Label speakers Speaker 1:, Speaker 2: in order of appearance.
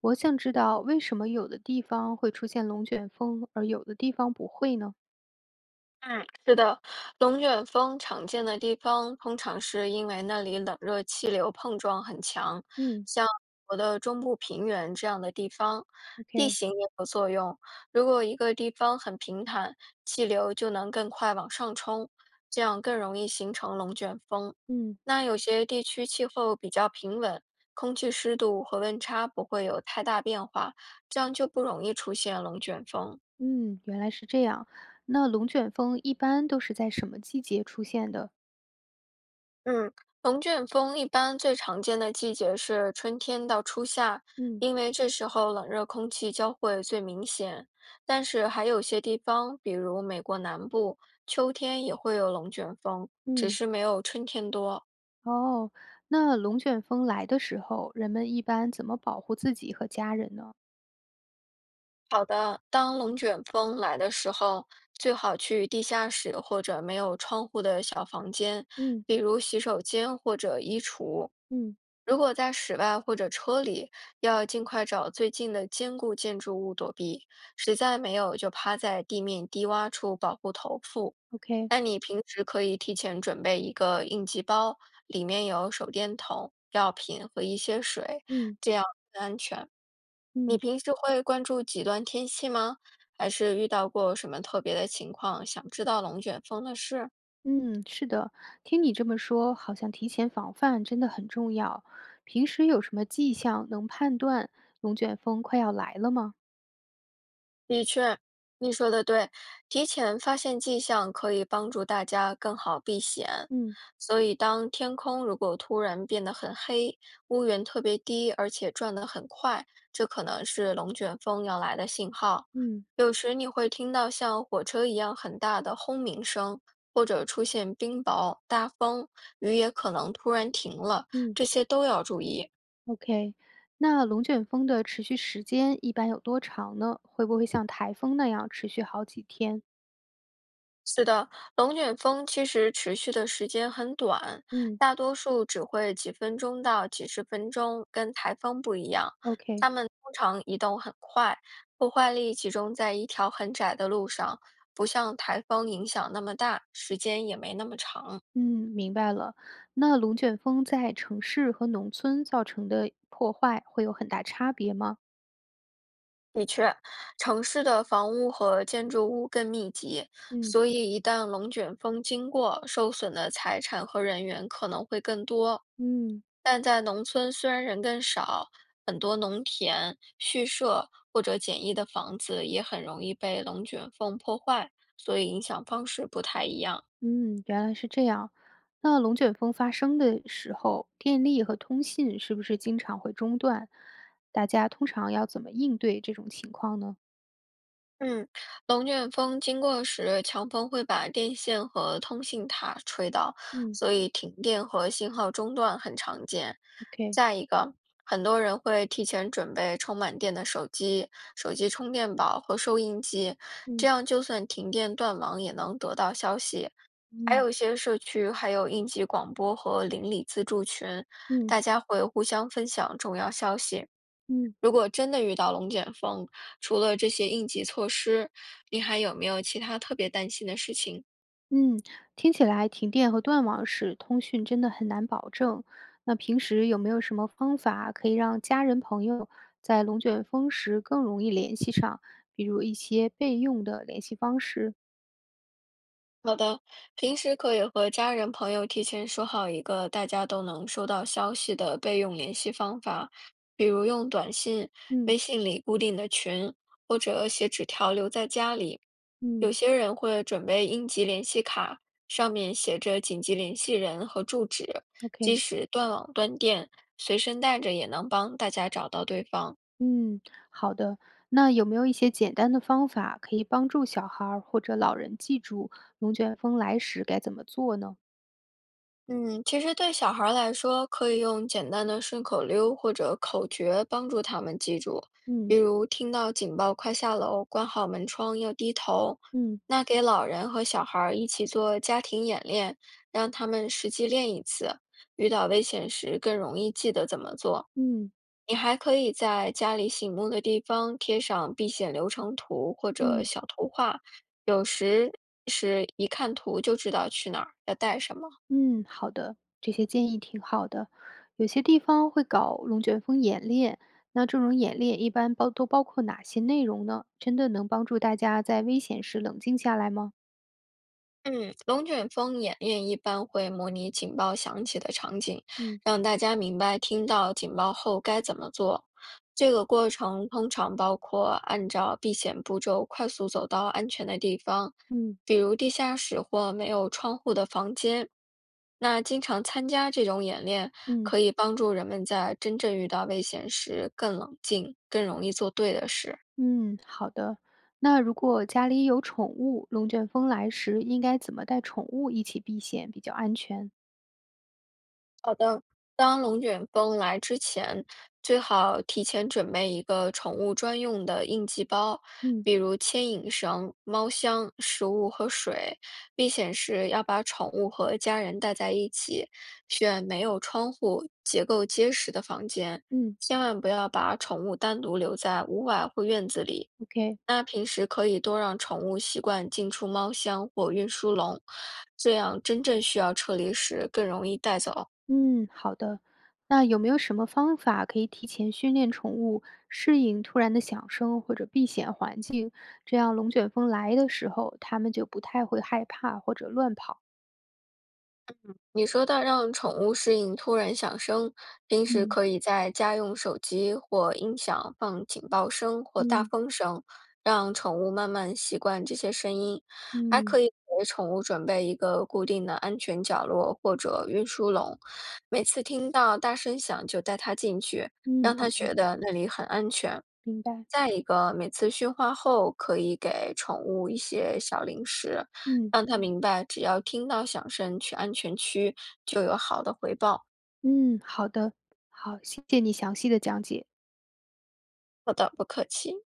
Speaker 1: 我想知道为什么有的地方会出现龙卷风，而有的地方不会呢？
Speaker 2: 嗯，是的，龙卷风常见的地方，通常是因为那里冷热气流碰撞很强，
Speaker 1: 嗯
Speaker 2: 像我的中部平原这样的地方，地
Speaker 1: ，OK。
Speaker 2: 形也有作用。如果一个地方很平坦，气流就能更快往上冲，这样更容易形成龙卷风。
Speaker 1: 嗯
Speaker 2: 那有些地区气候比较平稳，空气湿度和温差不会有太大变化，这样就不容易出现龙卷风。
Speaker 1: 嗯，原来是这样。那龙卷风一般都是在什么季节出现的？
Speaker 2: 嗯，龙卷风一般最常见的季节是春天到初夏，
Speaker 1: 嗯
Speaker 2: 因为这时候冷热空气交汇最明显。但是还有些地方，比如美国南部，秋天也会有龙卷风，只
Speaker 1: 嗯。
Speaker 2: 是没有春天多。
Speaker 1: 哦，那龙卷风来的时候，人们一般怎么保护自己和家人呢？
Speaker 2: 好的，当龙卷风来的时候，最好去地下室或者没有窗户的小房间，
Speaker 1: 嗯
Speaker 2: 比如洗手间或者衣橱。
Speaker 1: 嗯
Speaker 2: 如果在室外或者车里，要尽快找最近的坚固建筑物躲避，实在没有就趴在地面低洼处保护头部。
Speaker 1: ，OK。
Speaker 2: 那你平时可以提前准备一个应急包，里面有手电筒、药品和一些水。
Speaker 1: 嗯。
Speaker 2: 这样，你
Speaker 1: 嗯。
Speaker 2: 平时会关注极端天气吗？还是遇到过什么特别的情况，想知道龙卷风的事？
Speaker 1: 嗯，是的，听你这么说，好像提前防范真的很重要。平时有什么迹象能判断龙卷风快要来了吗？
Speaker 2: 的确，你说的对，提前发现迹象可以帮助大家更好避险。
Speaker 1: 嗯
Speaker 2: 所以，当天空如果突然变得很黑，乌云特别低，而且转得很快，这可能是龙卷风要来的信号。
Speaker 1: 嗯
Speaker 2: 有时你会听到像火车一样很大的轰鸣声，或者出现冰雹、大风，雨也可能突然停了，
Speaker 1: 嗯，
Speaker 2: 这些都要注意。
Speaker 1: ，OK。那龙卷风的持续时间一般有多长呢？会不会像台风那样持续好几天？
Speaker 2: 是的，龙卷风其实持续的时间很短，
Speaker 1: 嗯
Speaker 2: 大多数只会几分钟到几十分钟，跟台风不一样。它
Speaker 1: ，OK。
Speaker 2: 们通常移动很快，破坏力集中在一条很窄的路上，不像台风影响那么大，时间也没那么长。
Speaker 1: 嗯，明白了。那龙卷风在城市和农村造成的破坏会有很大差别吗？
Speaker 2: 的确，城市的房屋和建筑物更密集，
Speaker 1: 嗯。
Speaker 2: 所以一旦龙卷风经过，受损的财产和人员可能会更多。
Speaker 1: 嗯，
Speaker 2: 但在农村，虽然人更少，很多农田、畜舍或者简易的房子也很容易被龙卷风破坏，所以影响方式不太一样。
Speaker 1: 嗯，原来是这样。那龙卷风发生的时候，电力和通信是不是经常会中断？大家通常要怎么应对这种情况呢？
Speaker 2: 嗯，龙卷风经过时，强风会把电线和通信塔吹倒，
Speaker 1: 嗯
Speaker 2: 所以停电和信号中断很常见。
Speaker 1: ？OK。
Speaker 2: 再一个，很多人会提前准备充满电的手机、手机充电宝和收音机，这
Speaker 1: 嗯
Speaker 2: 样就算停电断网也能得到消息。还
Speaker 1: 嗯
Speaker 2: 有一些社区，还有应急广播和邻里自助群，
Speaker 1: 嗯
Speaker 2: 大家会互相分享重要消息。
Speaker 1: 嗯
Speaker 2: 如果真的遇到龙卷风，除了这些应急措施，你还有没有其他特别担心的事情？
Speaker 1: 嗯，听起来停电和断网时通讯真的很难保证。那平时有没有什么方法可以让家人朋友在龙卷风时更容易联系上？比如一些备用的联系方式？
Speaker 2: 好的，平时可以和家人朋友提前说好一个大家都能收到消息的备用联系方法，比如用短信、微
Speaker 1: 嗯
Speaker 2: 信里固定的群，或者写纸条留在家里。有
Speaker 1: 嗯
Speaker 2: 些人会准备应急联系卡，上面写着紧急联系人和住址，即
Speaker 1: ，OK。
Speaker 2: 使断网断电，随身带着也能帮大家找到对方。
Speaker 1: 嗯，好的。那有没有一些简单的方法可以帮助小孩儿或者老人记住龙卷风来时该怎么做呢？
Speaker 2: 嗯，其实对小孩儿来说，可以用简单的顺口溜或者口诀帮助他们记住，比
Speaker 1: 嗯
Speaker 2: 如听到警报快下楼，关好门窗要低头。
Speaker 1: 嗯
Speaker 2: 那给老人和小孩儿一起做家庭演练，让他们实际练一次，遇到危险时更容易记得怎么做。
Speaker 1: 嗯
Speaker 2: 你还可以在家里醒目的地方贴上避险流程图或者
Speaker 1: 嗯
Speaker 2: 小图画，有时是一看图就知道去哪儿，要带什么。
Speaker 1: 嗯，好的，这些建议挺好的。有些地方会搞龙卷风演练，那这种演练一般包都包括哪些内容呢？真的能帮助大家在危险时冷静下来吗？
Speaker 2: 嗯，龙卷风演练一般会模拟警报响起的场景，
Speaker 1: 嗯
Speaker 2: 让大家明白听到警报后该怎么做。这个过程通常包括按照避险步骤快速走到安全的地方，
Speaker 1: 嗯
Speaker 2: 比如地下室或没有窗户的房间。那经常参加这种演练，
Speaker 1: 嗯。
Speaker 2: 可以帮助人们在真正遇到危险时更冷静，更容易做对的事。
Speaker 1: 嗯，好的。那如果家里有宠物，龙卷风来时应该怎么带宠物一起避险比较安全？
Speaker 2: 当龙卷风来之前，最好提前准备一个宠物专用的应急包，
Speaker 1: 嗯
Speaker 2: 比如牵引绳、猫箱、食物和水。避险时要把宠物和家人带在一起，选没有窗户、结构结实的房间，
Speaker 1: 嗯
Speaker 2: 千万不要把宠物单独留在屋外或院子里。
Speaker 1: ，OK。
Speaker 2: 那平时可以多让宠物习惯进出猫箱或运输笼，这样真正需要撤离时更容易带走。
Speaker 1: 嗯，好的。那有没有什么方法可以提前训练宠物适应突然的响声或者避险环境，这样龙卷风来的时候，它们就不太会害怕或者乱跑？
Speaker 2: 你说到让宠物适应突然响声，平时
Speaker 1: 嗯
Speaker 2: 可以在家用手机或音响放警报声或大
Speaker 1: 嗯
Speaker 2: 风声，让宠物慢慢习惯这些声音。还可
Speaker 1: 嗯
Speaker 2: 以给宠物准备一个固定的安全角落或者运输笼，每次听到大声响就带它进去，让
Speaker 1: 嗯
Speaker 2: 它
Speaker 1: ，OK，
Speaker 2: 觉得那里很安全。
Speaker 1: 明白。
Speaker 2: 再一个，每次驯化后，可以给宠物一些小零食，
Speaker 1: 嗯
Speaker 2: 让它明白只要听到响声去安全区，就有好的回报。
Speaker 1: 嗯，好的。好，谢谢你详细的讲解。
Speaker 2: 好的，不客气。